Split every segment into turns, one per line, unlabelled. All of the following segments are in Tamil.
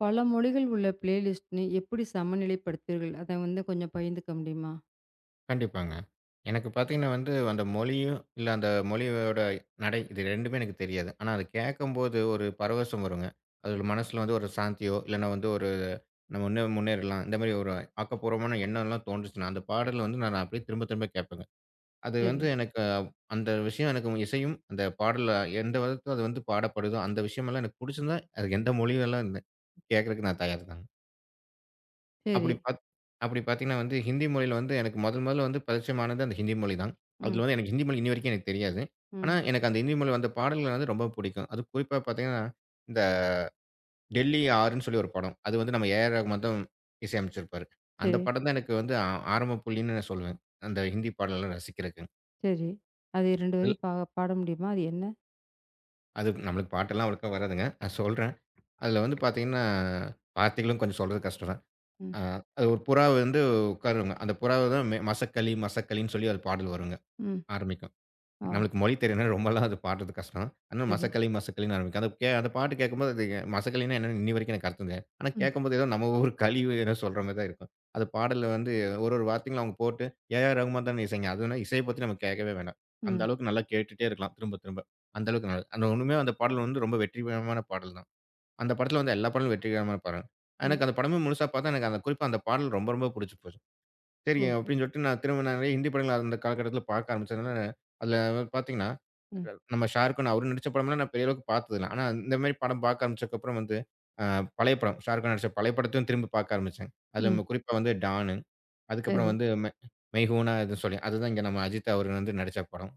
பல மொழிகள் உள்ள பிளேலிஸ்ட்னு எப்படி சமநிலைப்படுத்துவீர்கள்? அத வந்து கொஞ்சம் பகிர்ந்துக்க முடியுமா?
கண்டிப்பாங்க. எனக்கு பார்த்தீங்கன்னா வந்து, அந்த மொழியும், இல்ல அந்த மொழியோட நடை இது 2மே எனக்கு தெரியாது. ஆனா அது கேட்கும்போது ஒரு பரவசம் வருங்க. அது மனசுல வந்து ஒரு சாந்தியோ, இல்லன்னா வந்து ஒரு நம்ம இன்னும் முன்னேறலாம். இந்த மாரி ஒரு ஆக்கப்பூர்வமான எண்ணம்லாம் தோன்றுச்சுன்னா, அந்த பாடல் வந்து நான் அப்படியே திரும்ப திரும்ப கேட்பேங்க. அது
சரி,
வந்து எனக்கு அந்த விஷயம் எனக்கு இசையும், அந்த பாடல்ல எந்த விதத்துல அது வந்து பாடப்படுதோ, அந்த விஷயமெல்லாம் எனக்கு புடிச்சிருந்தா, அது எந்த மொழியெல்லாம் கேட்கறதுக்கு நான் தயார் தாங்க.
சரி.
அப்படி பாத் அப்படி பார்த்தீங்கன்னா வந்து, ஹிந்தி மொழியில வந்து எனக்கு முதல் முதல்ல வந்து பரிச்சயமானது அந்த ஹிந்தி மொழி தான்.
ம்,
அதுல வந்து எனக்கு ஹிந்தி மொழி இன்னி வரைக்கும் எனக்கு தெரியாது. ஆனா,
ம்.
எனக்கு அந்த ஹிந்தி மொழியில வந்த பாடல்கள் வந்து ரொம்ப பிடிக்கும். அதுவும் குறிப்பா பார்த்தீங்கன்னா, இந்த டெல்லி ஆறுன்னு சொல்லி ஒரு படம். அது வந்து நம்ம ஏ ஆர் ரகுமான் தான் இசையமைச்சிருப்பாரு. அந்த
சரி,
படம் தான் எனக்கு வந்து ஆரம்ப புள்ளின்னு நான் சொல்லுவேன். அந்த ஹிந்தி பாடல்லாம் ரசிக்கிறக்கு.
சரி. அது 2 வரி
அது
பாட முடியுமா? அது என்ன?
அது நம்மளுக்கு பாட்டெல்லாம் அவ்வளோக்கா வராதுங்க. நான் சொல்றேன். அதுல வந்து பார்த்தீங்கன்னா, வார்த்தைகளும் கொஞ்சம் சொல்றது கஷ்டம் தான்.
ம்,
அ அது ஒரு புறா வந்து உட்காருங்க. அந்த புறாவ தான் மசக்களி மசக்களின்னு சொல்லி ஒரு பாடல் வருங்க.
ம்.
ஆரம்பிக்கும்.
ஆ,
நம்மளுக்கு மொழி தெரியலன்னா ரொம்பலாம் அது பாடுறது கஷ்டம். ஆனா
சரி.
மசக்களி மசக்களின்னு ஆரம்பிக்கும். அது அந்த பாட்டு கேட்கும்போது அது மசக்களின்னா என்னன்னு இன்னி வரைக்கும் எனக்கு அர்த்தம் தெரியாது. ஆனா
ம்,
கேட்கும்போது ஏதோ நம்ம ஊர் களி ஏதோ சொல்ற மாரி தான் இருக்கும். அது பாடல்ல வந்து ஒரு ஒரு வார்த்தைங்களும் அவங்க போட்டு ஏ.ஆர். ரகுமான் தான இசைங்க. அதுனா இசைய பத்தி நம்ம கேட்கவே வேண்டாம். அந்த
ம்,
அளவுக்கு நல்லா கேட்டுட்டே இருக்கலாம் திரும்ப திரும்ப. அந்த அளவுக்கு நல்லது. அந்த ஒண்ணுமே அந்த பாடல் வந்து ரொம்ப வெற்றிகரமான பாடல் தான். அந்த படத்துல வந்து எல்லா பாடலும் வெற்றிகரமான பாடல்.
ம்.
எனக்கு அந்த படமே முழுசா பார்த்தா எனக்கு அந்த குறிப்பா அந்த பாடல் ரொம்ப ரொம்ப புடிச்சு போச்சு. சரிங்க.
ஓ!
அப்படின்னு சொல்லிட்டு நான் திரும்ப நிறைய ஹிந்தி படங்கள் அந்த காலகட்டத்தில பார்க்க ஆரம்பிச்சதுனால, அதில பார்த்தீங்கன்னா,
ம்,
நம்ம ஷாருக்கான் அவரு நடிச்ச படம்லாம் நான் பெரிய அளவுக்கு பார்த்ததில்ல. ஆனா, இந்த மாரி படம் பார்க்க ஆரம்பிச்சதுக்கப்புறம் வந்து, அ பழைய படம் ஷாருக்கான் நடிச்ச பழைய படத்தையும் திரும்பி பார்க்க ஆரம்பிச்சேன். அதில
ம்.
குறிப்பா வந்து டானு. அதுக்கப்புறம்
சரி.
வந்து மெய் ஹூனா எதோ சொல்லி, அதுதான் இங்க நம்ம அஜித் அவர் வந்து நடிச்ச படம்.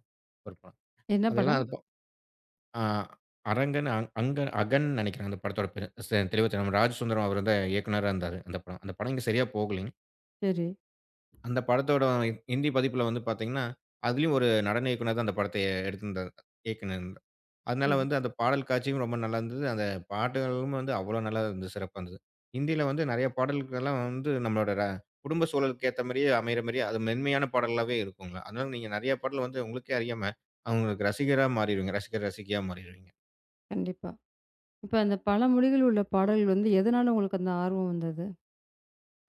ஒரு படம்.
என்ன
அதெல்லாம்
படம்?
நல்லது. அப்போ அ அரங்கன் அங் அங்க அகன் நினைக்கிறேன் அந்த படத்தோட பேரு. தெளிவா தெரியல. நம்ம ராஜ் சுந்தரம் அவர் தான் இயக்குனரா இருந்தாரு அந்த படம். அந்த படம் இங்க சரியா போகலை.
சரி,
அந்த படத்தோட ஹிந்தி பதிப்புல வந்து பார்த்தீங்கன்னா, அதிலயும் ஒரு நடன இயக்குனர் தான் அந்த படத்த எடுத்திருந்தாரு. இயக்குனருந்தார். அதனால
சரி.
வந்து அந்த பாடல் காட்சியும் ரொம்ப நல்லா இருந்தது. அந்த பாட்டுகளும் வந்து அவ்வளோ நல்லா இருந்தது. சிறப்பா இருந்தது. ஹிந்தியில வந்து நெறைய பாடல்கள்லாம் வந்து நம்மளோட குடும்ப சூழலுக்கு ஏத்த மாரியே அமையிற மாரியே அது மென்மையான பாடலாவே இருக்குங்க. அதனால நீங்க நெறைய பாடல் வந்து உங்களுக்கே அறியாம அவங்களுக்கு ரசிகரா மாறிருவீங்க. ரசிகர், ரசிகையா மாறிருவீங்க.
கண்டிப்பா. இப்ப அந்த பல மொழிகள் உள்ள பாடல்கள் வந்து எதனால உங்களுக்கு அந்த ஆர்வம் வந்தது?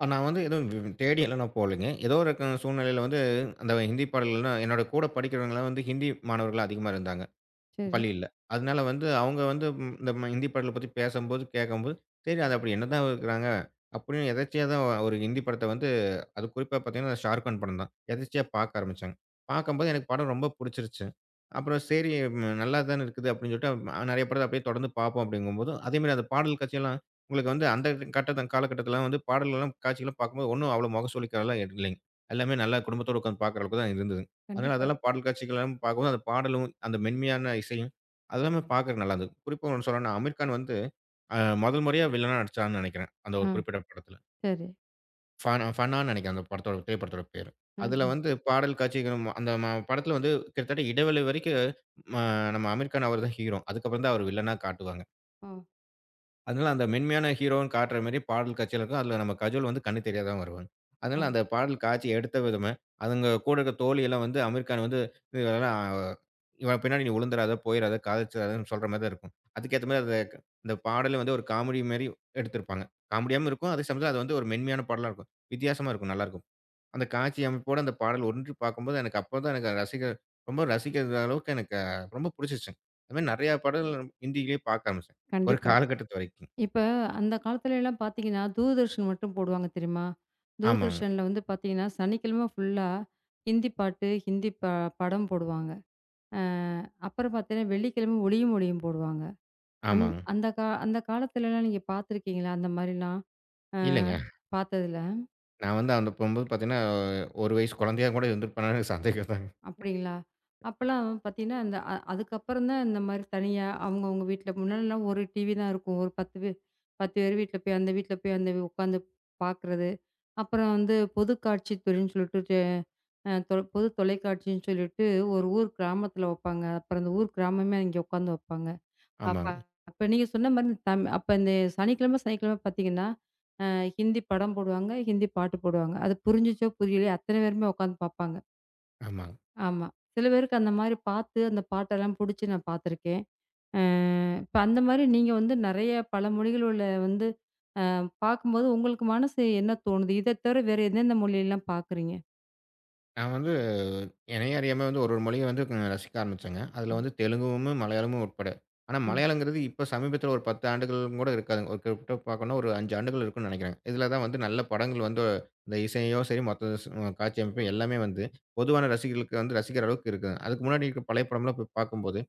ஆனா நான் வந்து எதுவும் தேடி எல்லாம் நான் போகலைங்க. ஏதோ ஒரு சூழ்நிலையில வந்து அந்த ஹிந்தி பாடல்கள்லாம் என்னோட கூட படிக்கிறவங்கலாம் வந்து ஹிந்தி மாணவர்கள் அதிகமா இருந்தாங்க.
சரி.
பள்ளியில. அதனால வந்து அவங்க வந்து இந்த ஹிந்தி படத்த பத்தி பேசம்போது, கேட்கும்போது, சரி அது அப்படி என்னதான் இருக்கிறாங்க? அப்படின்னு எதேர்ச்சையா தான் ஒரு ஹிந்தி படத்த வந்து அது குறிப்பா பார்த்தீங்கன்னா, ஷாருக்கான் படம் தான். எதர்ச்சியா பார்க்க ஆரம்பிச்சேங்க. பார்க்கும்போது எனக்கு படம் ரொம்ப புடிச்சிருச்சு. அப்புறம் சரி ம் நல்லா தானே இருக்குது அப்படின்னு சொல்லிட்டு நெறைய படத்த அப்படியே தொடர்ந்து பார்ப்போம் அப்படிங்கும்போது, அதேமாரி அந்த பாடல் காட்சியெல்லாம் உங்களுக்கு வந்து அந்த காலகட்டத்தில வந்து பாடல்கள்லாம், காட்சிகள்லாம் பார்க்கும்போது ஒண்ணும் அவ்வளோ முகசுளிக்கிறதெல்லாம் இல்லைங்க. எல்லாமே நல்லா குடும்பத்தோட உட்கார்ந்து பார்க்குற அளவுக்கு தான் இருந்தது. அதனால
கண்டிப்பா.
அதெல்லாம் பாடல் காட்சிகள்லாம் பார்க்கும்போது, அந்த பாடலும், அந்த மென்மையான இசையும் அதெல்லாமே பார்க்கறக்கு நல்லா இருந்தது. குறிப்பா ஒண்ணு சொல்லணும்னா, அமீர் கான் வந்து அ முதல் முறையா வில்லனா நடிச்சார்ன்னு நெனைக்கிறேன். அந்த ஒரு
ஆ,
குறிப்பிட்ட படத்தில.
சரி.
ஃபனா ஃபனான்னு நெனைக்கிறேன் அந்த படத்தோட திரைப்படத்தோட பேரு.
ம்,
அதுல
ம்.
வந்து பாடல் காட்சிகளும் அந்த படத்துல வந்து கிட்டத்தட்ட இடைவெளி வரைக்கும் ம நம்ம அமீர் கான் அவர் தான் ஹீரோ. அதுக்கப்புறம் தான் அவர் வில்லனா காட்டுவாங்க.
ஓ!
அதனால அந்த மென்மையான ஹீரோன்னு காட்டுற மாரி பாடல் காட்சிகள் இருக்கும். அதுல நம்ம கஜோல் வந்து கண்ணு தெரியாதவன் வருவாங்க.
ஆ,
அதனால அந்த பாடல் காட்சி எடுத்த விதமே, அதுங்க கூட இருக்க தோழியெல்லாம் வந்து அமீர் கான் வந்து இதெல்லாம் "இவன் பின்னாடி நீ உழுந்துராத, போயிறாத, காதலிச்சிறாதன்னு" சொல்ற மாரி தான் இருக்கும். அதுக்கேத்த மாரி அந்த அந்த பாடலும் வந்து ஒரு காமெடி மாரி எடுத்திருப்பாங்க. காமெடியாவும் இருக்கும். அதே சமயத்துல அது வந்து ஒரு மென்மையான பாடலா இருக்கும். வித்தியாசமா இருக்கும். நல்லாருக்கும். அந்த காட்சி அமைப்போட அந்த பாடல் ஒன்றி பார்க்கும்போது, எனக்கு அப்பதான் எனக்கு ரசிக்க ரொம்ப ரசிக்கிற அளவுக்கு எனக்கு ரொம்ப புடிச்சிருச்சுங்க. அது மாரி நெறைய பாடல் ஹிந்தியிலேயே பார்க்க ஆரம்பிச்சேன். ஒரு
கண்டிப்பா.
காலகட்டத்து வரைக்கும்.
இப்ப அந்த காலத்துல எல்லாம் பார்த்தீங்கன்னா, தூர்தர்ஷன் மட்டும் போடுவாங்க தெரியுமா?
ஆமாங்க,
தூர்தர்ஷன்ல வந்து பார்த்தீங்கன்னா, சனிக்கிழமை ஃபுல்லா ஹிந்தி பாட்டு, ஹிந்தி ப படம் போடுவாங்க. அ அப்புறம் பார்த்தீங்கன்னா, வெள்ளிக்கிழமை ஒளியும் ஒலியும் போடுவாங்க. அந்
ஆமாங்க.
அந்த காலத்துலலாம் நீங்க பார்த்துருக்கீங்களா? அந்த மாரிலாம்? அ
இல்லங்க.
பார்த்ததுல?
நான் வந்து அந்த போம்போது பார்த்தீங்கன்னா, ஒரு வயசு குழந்தையா கூட இருந்திருப்பேனான்னு எனக்கு சந்தேகம் தாங்க.
அப்படிங்களா? அப்பலாம் பார்த்தீங்கன்னா, அந்த அதுக்கப்புறம் தான் இந்த மாரி தனியா அவங்கவங்க வீட்ல முன்னாடிலாம் ஒரு டிவி தான் இருக்கும். ஒரு 10 பேர் வீட்ல போய் அந்த உட்காந்து பார்க்குறது. அப்புறம் வந்து பொதுக்காட்சி துறைன்னு சொல்லிட்டு அ தொ பொது தொலைக்காட்சின்னு சொல்லிட்டு ஒரு ஊர் கிராமத்தில வப்பாங்க. அப்புறம் அந்த ஊர் கிராமமே இங்கே உட்காந்து வப்பாங்க. அப்ப
ஆமாங்க,
அப்ப நீங்க சொன்ன மாரி அப்ப இந்த சனிக்கிழமை, சனிக்கிழமை பார்த்தீங்கன்னா, அ ஹிந்தி படம் போடுவாங்க, ஹிந்தி பாட்டு போடுவாங்க. அது புரிஞ்சுச்சோ, புரியலையோ அத்தன பேருமே உட்காந்து பார்ப்பாங்க.
ஆமாங்க.
ஆமா. சில பேருக்கு அந்த மாரி பார்த்து, அந்த பாட்டெல்லாம் புடிச்சு நான் பார்த்துருக்கேன். அ இப்ப அந்த மாரி நீங்க வந்து நெறைய பல மொழிகள் உள்ள வந்து அ பார்க்கும்போது உங்களுக்கு மனசு என்ன தோணுது? இத தவிர வேற எந்தெந்த மொழியெல்லாம் பார்க்குறீங்க?
நான் வந்து என்னைய அறியாம வந்து ஒரு ஒரு மொழிய வந்து ரசிக்க ஆரம்பிச்சேங்க. அதில
ம்.
வந்து தெலுங்குமும், மலையாளமும் உட்பட. ஆனா
ம்.
மலையாளங்கிறது இப்ப சமீபத்தில ஒரு 10 ஆண்டுகள் கூட இருக்காதுங்க. ஒரு குறிப்பிட்ட பார்க்கணும்னா ஒரு 5 ஆண்டுகள் இருக்கும்னு நெனைக்கிறேன். இதில தான் வந்து நல்ல படங்கள் வந்து இந்த இசையும் சரி, மத்த ஸ் காட்சி அமைப்பும் எல்லாமே வந்து பொதுவான ரசிகர்களுக்கு வந்து ரசிக்கிற அளவுக்கு இருக்குங்க. அதுக்கு முன்னாடி இருக்க பழைய படம்லாம் போய் பார்க்கும்போது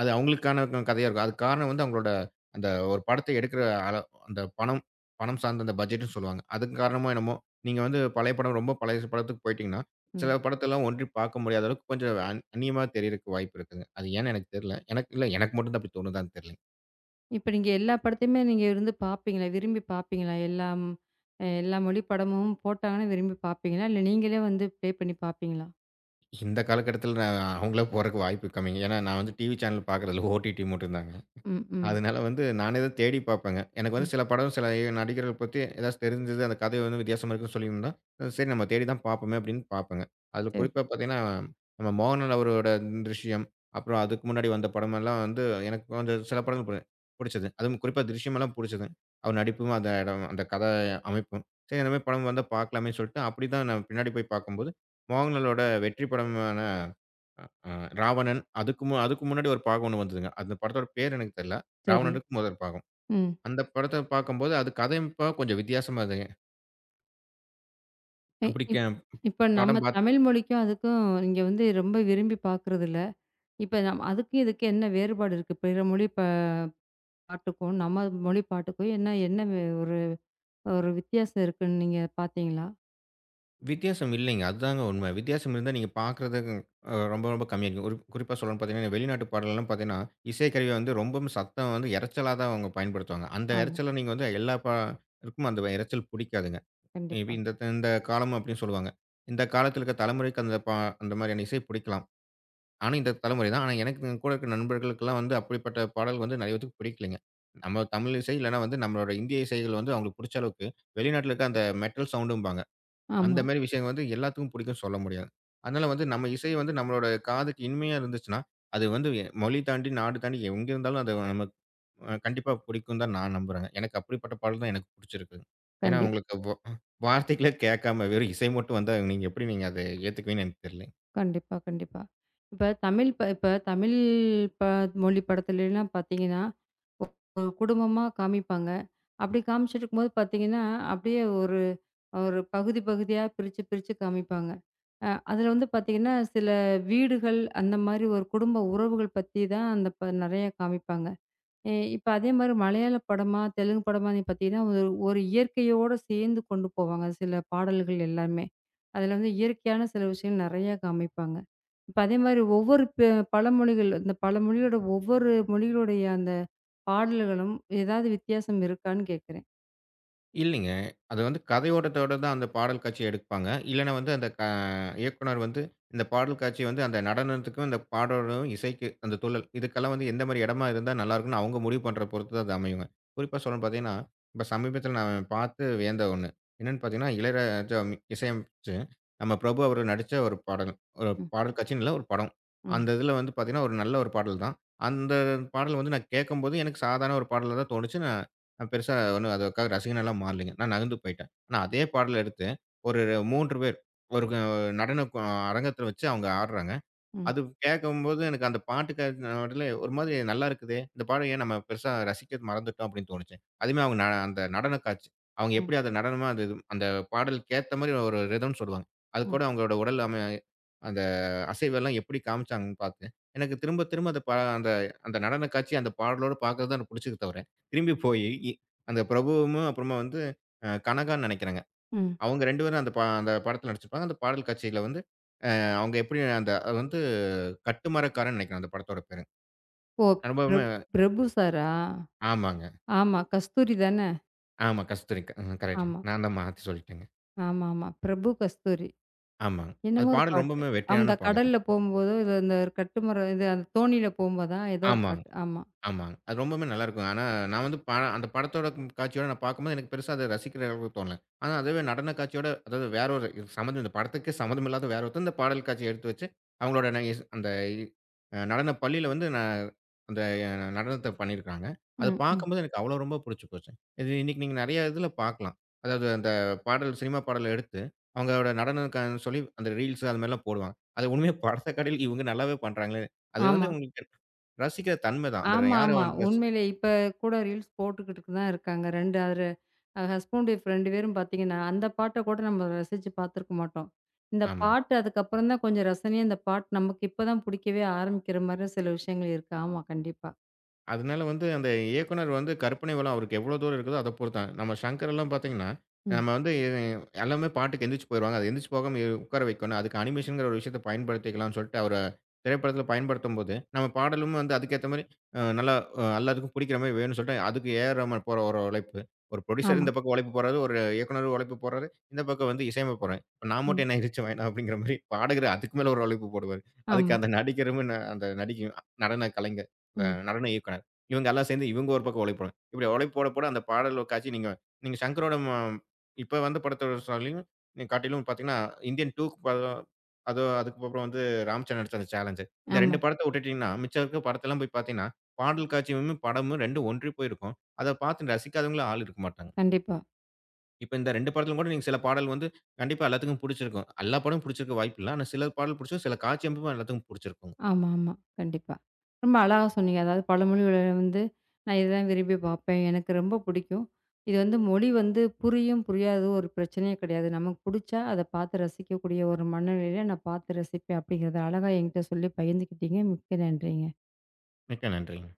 அது அவங்களுக்கான க கதையா இருக்கும். அதுக்கு காரணம் வந்து அவங்களோட அந்த ஒரு படத்த எடுக்கிற அள அந்த பணம் பணம் சார்ந்த அந்த பட்ஜெட்ன்னு சொல்லுவாங்க. அதுக்கு காரணமோ என்னமோ, நீங்க வந்து பழைய படம் ரொம்ப பழைய படத்துக்கு போயிட்டீங்கன்னா,
ம்.
சில படத்தெல்லாம் ஒன்றி பார்க்க முடியாத அளவுக்கு கொஞ்சம் அந்நியமா தெரியறக்கு வாய்ப்பு இருக்குங்க. அது ஏன்னு எனக்கு தெரியல. எனக்கு இல்ல எனக்கு மட்டும் தான் அப்படி தோணுதான்னு தெரியலங்க.
இப்ப நீங்க எல்லா படத்தையுமே நீங்க இருந்து பார்ப்பீங்களா? விரும்பி பார்ப்பீங்களா? எல்லாம் எல்லா மொழி படமும் போட்டாங்கன்னா விரும்பி பார்ப்பீங்களா? இல்ல நீங்களே வந்து ப்ளே பண்ணி பார்ப்பீங்களா?
இந்த காலகட்டத்தில நான் அவங்களா போறக்கு வாய்ப்பு கம்மிங்க. ஏன்னா நான் வந்து டிவி சேனல் பார்க்குறதில்ல. ஓடிடி மட்டும் தாங்க.
ம், ம்,
அதனால வந்து நானே தான் தேடி பார்ப்பேங்க. எனக்கு
ம்.
வந்து சில படம், சில நடிகர்கள் பத்தி ஏதாச்சும் தெரிஞ்சது, அந்த கதை வந்து வித்தியாசமா இருக்குன்னு சொல்லியிருந்தா, சரி நம்ம தேடி தான் பார்ப்போமே அப்படின்னு பார்ப்பேங்க. அதுல
சரி,
குறிப்பா பார்த்தீங்கன்னா, நம்ம மோகன்லால் அவரோட "திருஷ்யம்", அப்புறம் அதுக்கு முன்னாடி வந்த படமெல்லாம் வந்து எனக்கு கொஞ்சம் சில படங்கள் புடிச்சது. அதுவும் குறிப்பா "திருஷ்யமெல்லாம்" புடிச்சது. அவர் நடிப்பும், அந்த இடம், அந்த கதை அமைப்பும். சரி இந்த மாரி படம் வந்தா பார்க்கலாமேன்னு சொல்லிட்டு, அப்படி தான் நான் பின்னாடி போய் பார்க்கும்போது, மோகன்லாலோட வெற்றி படமான ஆ ராவணன். அதுக்கு முன்னாடி ஒரு பாகம் ஒண்ணு வந்ததுங்க. அந்த படத்தோட பேர் எனக்கு தெர்ல.
சரி.
ராவணனுக்கு முதல் பாகம்.
ம்.
அந்த படத்த பார்க்கும்போது அது கதையமைப்பா கொஞ்சம் வித்தியாசமா இருந்ததுங்க.
இ
அப்படி
இப்
கே
இப்ப நம்ம
படம் பாத்
தமிழ் மொழிக்கும், அதுக்கும் நீங்க வந்து ரொம்ப விரும்பி பார்க்குறது இப்ப நம் அதுக்கும் இதுக்கும் என்ன வேறுபாடு இருக்கு? பிற மொழி ப பாட்டுக்கும், நம்ம மொழி பாட்டுக்கும் என்ன என்ன ஒரு ஒரு வித்தியாசம் இருக்குன்னு நீங்க பார்த்தீங்களா?
வித்தியாசம் இல்லைங்க. அதுதாங்க உண்மை. வித்தியாசம் இருந்தா நீங்க பார்க்கறது ரொம்ப ரொம்ப கம்மியா இருக்கும். ஒரு குறிப்பா சொல்லணும்னு பார்த்தீங்கன்னா, வெளிநாட்டு பாடல்லாம் பார்த்தீங்கன்னா, இசைக்கருவி வந்து ரொம்பவும் சத்தம் வந்து இரைச்சலா தான் அவங்க பயன்படுத்துவாங்க. அந்த
ஆமா.
இரைச்சல நீங்க வந்து எல்லா ருக்கும் அந்த இரைச்சல் புடிக்காதுங்க. மேபி
கண்டிப்பா.
இந்த இந்த காலம் அப்படின்னு சொல்லுவாங்க. இந்த காலத்தில இருக்க தலைமுறைக்கு அந்த அந்த மாதிரியான இசை புடிக்கலாம். நானும் இந்த தலைமுறை தான். ஆனா எனக்கு என் கூட இருக்கிற நண்பர்களுக்கெல்லாம் வந்து அப்படிப்பட்ட பாடல் வந்து நெறைய பேத்துக்கு பிடிக்கலைங்க. ம். நம்ம தமிழ் இசை இல்லன்னா வந்து நம்மளோட இந்திய இசைகள் வந்து அவங்களுக்கு புடிச்ச அளவுக்கு, வெளிநாட்டுல இருக்க அந்த மெட்டல் சவுண்டும்பாங்க. அந்த
ஆமா.
மாரி விஷயங்கள் வந்து எல்லாத்துக்கும் பிடிக்கும்னு சொல்ல முடியாது. அதனால வந்து நம்ம இசை வந்து நம்மளோட காதுக்கு இனிமையா இருந்துச்சுன்னா, அது வந்து மொழி தாண்டி, நாடு தாண்டி எங்க இருந்தாலும் அது நமக்கு கண்டிப்பா பிடிக்கும் தான் நான் நம்புறேங்க. எனக்கு அப்படிப்பட்ட பாடல் தான் எனக்கு புடிச்சிருக்குங்க. ஏன்னா
கண்டிப்
உங்களுக்கு வார்த்தைகளே கேட்காம வெறும் இசை மட்டும் வந்தா நீங்க எப்படி நீங்க அத ஏத்துக்குவீங்கன்னு எனக்கு தெரியல.
கண்டிப்பா, கண்டிப்பா. இப்ப தமிழ் ப மொழி படத்துலலாம் பார்த்தீங்கன்னா, ஒரு குடும்பமா காமிப்பாங்க. அப்படி காமிச்சுட்டுருக்கும்போது பார்த்தீங்கன்னா, அப்படியே ஒரு ஒரு பகுதி பகுதியா பிரிச்சு பிரிச்சு காமிப்பாங்க. அதுல வந்து பார்த்தீங்கன்னா, சில வீடுகள் அந்த மாரி ஒரு குடும்ப உறவுகள் பத்தி தான் அந்த ப நெறைய காமிப்பாங்க. இப்ப அதே மாரி மலையாள படமா, தெலுங்கு படமா நீ பார்த்தீங்கன்னா, ஒரு ஒரு இயற்கையோட சேர்ந்து கொண்டு போவாங்க சில பாடல்கள் எல்லாமே. அதில வந்து இயற்கையான சில விஷயங்கள் நெறையா காமிப்பாங்க. இப்ப அதே மாரி ஒவ்வொரு பழமொழிகள் இந்த பழமொழியோட ஒவ்வொரு மொழிகளுடைய அந்த பாடல்களும் ஏதாவது வித்தியாசம் இருக்கான்னு கேட்கிறேன்?
இல்லைங்க. அது வந்து கதையோட்டத்தோட தான் அந்த பாடல் காட்சி எடுப்பாங்க. இல்லன்னா வந்து அந்த இயக்குனர் வந்து இந்த பாடல் காட்சி வந்து அந்த நடனத்துக்கும், இந்த பாடலும், இசைக்கு அந்த துள்ளல் இதுக்கெல்லாம் வந்து எந்த மாரி இடமா இருந்தா நல்லாயிருக்கும்ன்னு அவங்க முடிவு பண்ற பொறுத்து தான் அது அமையுங்க. குறிப்பா சொல்லணும்னு பார்த்தீங்கன்னா, இப்ப சமீபத்தில நான் பார்த்து வியந்த ஒண்ணு. என்னன்னு பார்த்தீங்கன்னா, இளையராஜா இசையமைச்சு நம்ம பிரபு அவரு நடிச்ச ஒரு பாடல். ஒரு
ம்,
பாடல் காட்சின்னு இல்ல, ஒரு படம்.
ம்,
அந்த இதில வந்து பார்த்தீங்கன்னா, ஒரு நல்ல ஒரு பாடல் தான். அந்த பாடல் வந்து நான் கேட்கும்போது எனக்கு சாதாரண ஒரு பாடலா தான் தோணுச்சு. நான் நான் பெருசா ஒண்ணும் அதுக்காக ரசிகனா மாறலைங்க. நான் நகர்ந்து போயிட்டேன். ஆனா அதே பாடல எடுத்து ஒரு 3 பேர் ஒரு க நடன அரங்கத்துல வச்சு அவங்க ஆடுறாங்க.
ம்,
அது கேட்கும்போது எனக்கு அந்த பாட்டு கேட்க நடுவுல ஒரு மாதிரி நல்லா இருக்குதே! இந்த பாடம் ஏன் நம்ம பெருசா ரசிக்கிறது மறந்துட்டோம் அப்படின்னு தோணுச்சு. அதுவுமே அவங்க அந்த நடன காட்சி. அவங்க
ம்,
எப்படி அத நடனமா அந்த பாடலுக்கு ஏத்த மாரி ஒரு ரிதம்ன்னு சொல்லுவாங்க. அது
ம்,
கூட அவங்களோட உடல் அந்த அசைவெல்லாம் எப்படி காமிச்சாங்கன்னு பார்த்தேன். எனக்கு திரும்ப திரும்ப அந்த அந்த நடன காட்சி, அந்த பாடலோட பார்க்கறது தான் எனக்கு புடிச்சது தவிர, திரும்பி போயி இ அந்த பிரபுவும், அப்புறமா வந்து கனகான்னு நெனைக்கிறேங்க.
ம்.
அவங்க 2 பேரும் அந்த படத்துல நடிச்சிருப்பாங்க. அந்த பாடல் காட்சியில வந்து அவங்க எப்படி அந்த அது வந்து கட்டுமரக்காரன்னு நெனைக்கிறேன் அந்த படத்தோட பேரு.
ஓ!
ரொம்பவுமே
பிரப் பிரபு சாரா?
ஆமாங்க.
ஆமா. கஸ்தூரி தானே?
ஆமா. கஸ்தூரி. கரெக்ட்.
ஆமா,
நான் தான் மாத்தி சொல்லிட்டேங்க.
ஆமாமா. பிரபு கஸ்தூரி.
ஆமாங்க. அது
என்னமோ ஒரு
பாடல்
பாட்டு.
ரொம்பவுமே
ஆமா, இந்த
வெற்றியான பாடல்.
கடல்ல போம்போதோ, இது இந்த கட்டுமரம் இது அந்த தோணியில போம்போதா ஏதோ ஒரு
ஆமாங்க.
பாட்டு. ஆமா.
ஆமாங்க. அது ரொம்பவுமே நல்லாருக்கும். ஆனா, நான் வந்து அந்த படத்தோட ம் காட்சியோட நான் பார்க்கும்போது எனக்கு பெருசா அத ரசிக்கிற அளவுக்கு தோணல. ஆனா, அதுவே நடன காட்சியோட அதாவது வேற ஒரு சம்மந்தம் இந்த படத்துக்கே சம்மந்தம் இல்லாத வேற ஒருத்தர் இந்த பாடல் காட்சிய எடுத்து வச்சு, அவங்களோட ந இஸ் அந்த இ அ நடன பள்ளியில வந்து ந அந்த அ நடனத்த பண்ணியிருக்காங்க. அத
ம், ம்.
பார்க்கும்போது எனக்கு அவ்வளோ ரொம்ப புடிச்சு போச்சு. இது இன்னைக்கு நீங்க நெறைய இதுல பார்க்கலாம். அதாவது அந்த பாடல் சினிமா பாடல எடுத்து, அவங்களோட நடனம்க்கான்னு சொல்லி அந்த ரீல்ஸ் அது மாரிலாம் போடுவாங்க. அது உண்மையா படத்த காட்டிலும் இவங்க நல்லாவே பண்றாங்களே! அது
ஆமா.
வந்து உங்களுக்கு ரசிக்கிற தன்மை தான். அந்த
ஆமா,
யார
ஆமா.
வந்து ரசிச்சு
உண்மையிலேயே இப்ப கூட ரீல்ஸ் போட்டுக்கிட்டு தான் இருக்காங்க. 2 அவரு ஹஸ்பண்ட், ஒய்ஃப் 2 பேரும் பார்த்தீங்கன்னா, அந்த பாட்ட கூட நம்ம ரசிச்சு பார்த்துருக்க மாட்டோம். இந்த
ஆமா.
பாட்டு அதுக்கப்புறம் தான் கொஞ்சம் ரசனையா இந்த பாட்டு நமக்கு இப்ப தான் புடிக்கவே ஆரம்பிக்கிற மாரி சில விஷயங்கள் இருக்கு. ஆமா, கண்டிப்பா.
அதனால வந்து அந்த இயக்குனர் வந்து கற்பனை வளம் அவருக்கு எவ்வளோ தூரம் இருக்குதோ அதை பொறுத்தான். நம்ம சங்கர் எல்லாம் பார்த்தீங்கன்னா,
ம்.
நம்ம வந்து எல்லாமே பாட்டுக்கு எந்திரிச்சு போயிருவாங்க. அது எந்திரிச்சு போகாம உட்கார வைக்கணும். அதுக்கு அனிமேஷன்ங்கிற ஒரு விஷயத்த பயன்படுத்திக்கலாம்னு சொல்லிட்டு அவர திரைப்படத்தில பயன்படுத்தும்போது, நம்ம பாடலும் வந்து அதுக்கேத்த மாரி நல்லா எல்லாத்துக்கும் பிடிக்கிற மாரி வேணும்னு சொல்லிட்டு அதுக்கு ஏ ஆர் ரஹ்மான் போற ஒரு உழைப்பு. ஒரு புரொடியூசர்
ஆமா,
இந்த பக்கம் உழைப்பு போடுறாரு, ஒரு இயக்குனர் உழைப்பு போடுறாரு, இந்த பக்கம் வந்து இசையமைப்பு போடுறாரு. இப்ப நான்
ஆமா,
மட்டும் என்ன எந்திரிச்சு வேணாம் அப்படிங்கிற மாரி பாடகர் அதுக்கு மேல ஒரு உழைப்பு போடுவாரு.
ஆமா,
அதுக்கு அந்த நடிகரும், அந்த நடிகையும் நடன கலைஞர்,
ம்.
நடன இயக்குனர் இவங்க எல்லாம் சேர்ந்து இவங்க ஒரு பக்கம் உழைப்பு போடுவாங்க. இப்படி உழைப்பு போட, போட அந்த பாடல் காட்சி நீங்க நீங்க சங்கரோட ம இப்ப வந்த படத்த சொல்லியும் நீங்க காட்டிலும் பார்த்தீங்கன்னா, இந்தியன் 2க்கு படம் அது அதுக்கப்புறம் வந்து ராம்சரண் எடுத்த அந்த சேலஞ்ச். இந்த
ஆமா.
2 படத்த விட்டுட்டீங்கன்னா, மிச்சம் இருக்க படத்தெல்லாம் போய் பார்த்தீங்கன்னா, பாடல் காட்சியும், படமும் 2ம் ஒன்றி போயிருக்கும். அத பார்த்து ரசிக்காதவங்களும் ஆள் இருக்க மாட்டாங்க.
கண்டிப்பா.
இப்ப இந்த 2 படத்திலும் கூட நீங்க சில பாடல் வந்து கண்டிப்பா எல்லாத்துக்கும் புடிச்சிருக்கும். எல்லா படமும் புடிச்சிருக்க வாய்ப்பில்ல. ஆனா சில பாடல் புடிச்சும், சில காட்சி அமைப்பும் எல்லாத்துக்கும் புடிச்சிருக்கும்.
ஆமா, ஆமா. கண்டிப்பா. ரொம்ப அழகா சொன்னீங்க. அதாவது பல மொழிகள வந்து நான் இதுதான் விரும்பி பார்ப்பேன். எனக்கு ரொம்ப பிடிக்கும். இது வந்து மொழி வந்து புரியும், புரியாதது ஒரு பிரச்சனையே கிடையாது. நமக்கு புடிச்சா அத பார்த்து ரசிக்கக்கூடிய ஒரு மனநிலையில நான் பார்த்து ரசிப்பேன். அப்படிங்கிறத அழகா என்கிட்ட சொல்லி பகிர்ந்துக்கிட்டீங்க. மிக்க நன்றிங்க.
மிக்க நன்றிங்க.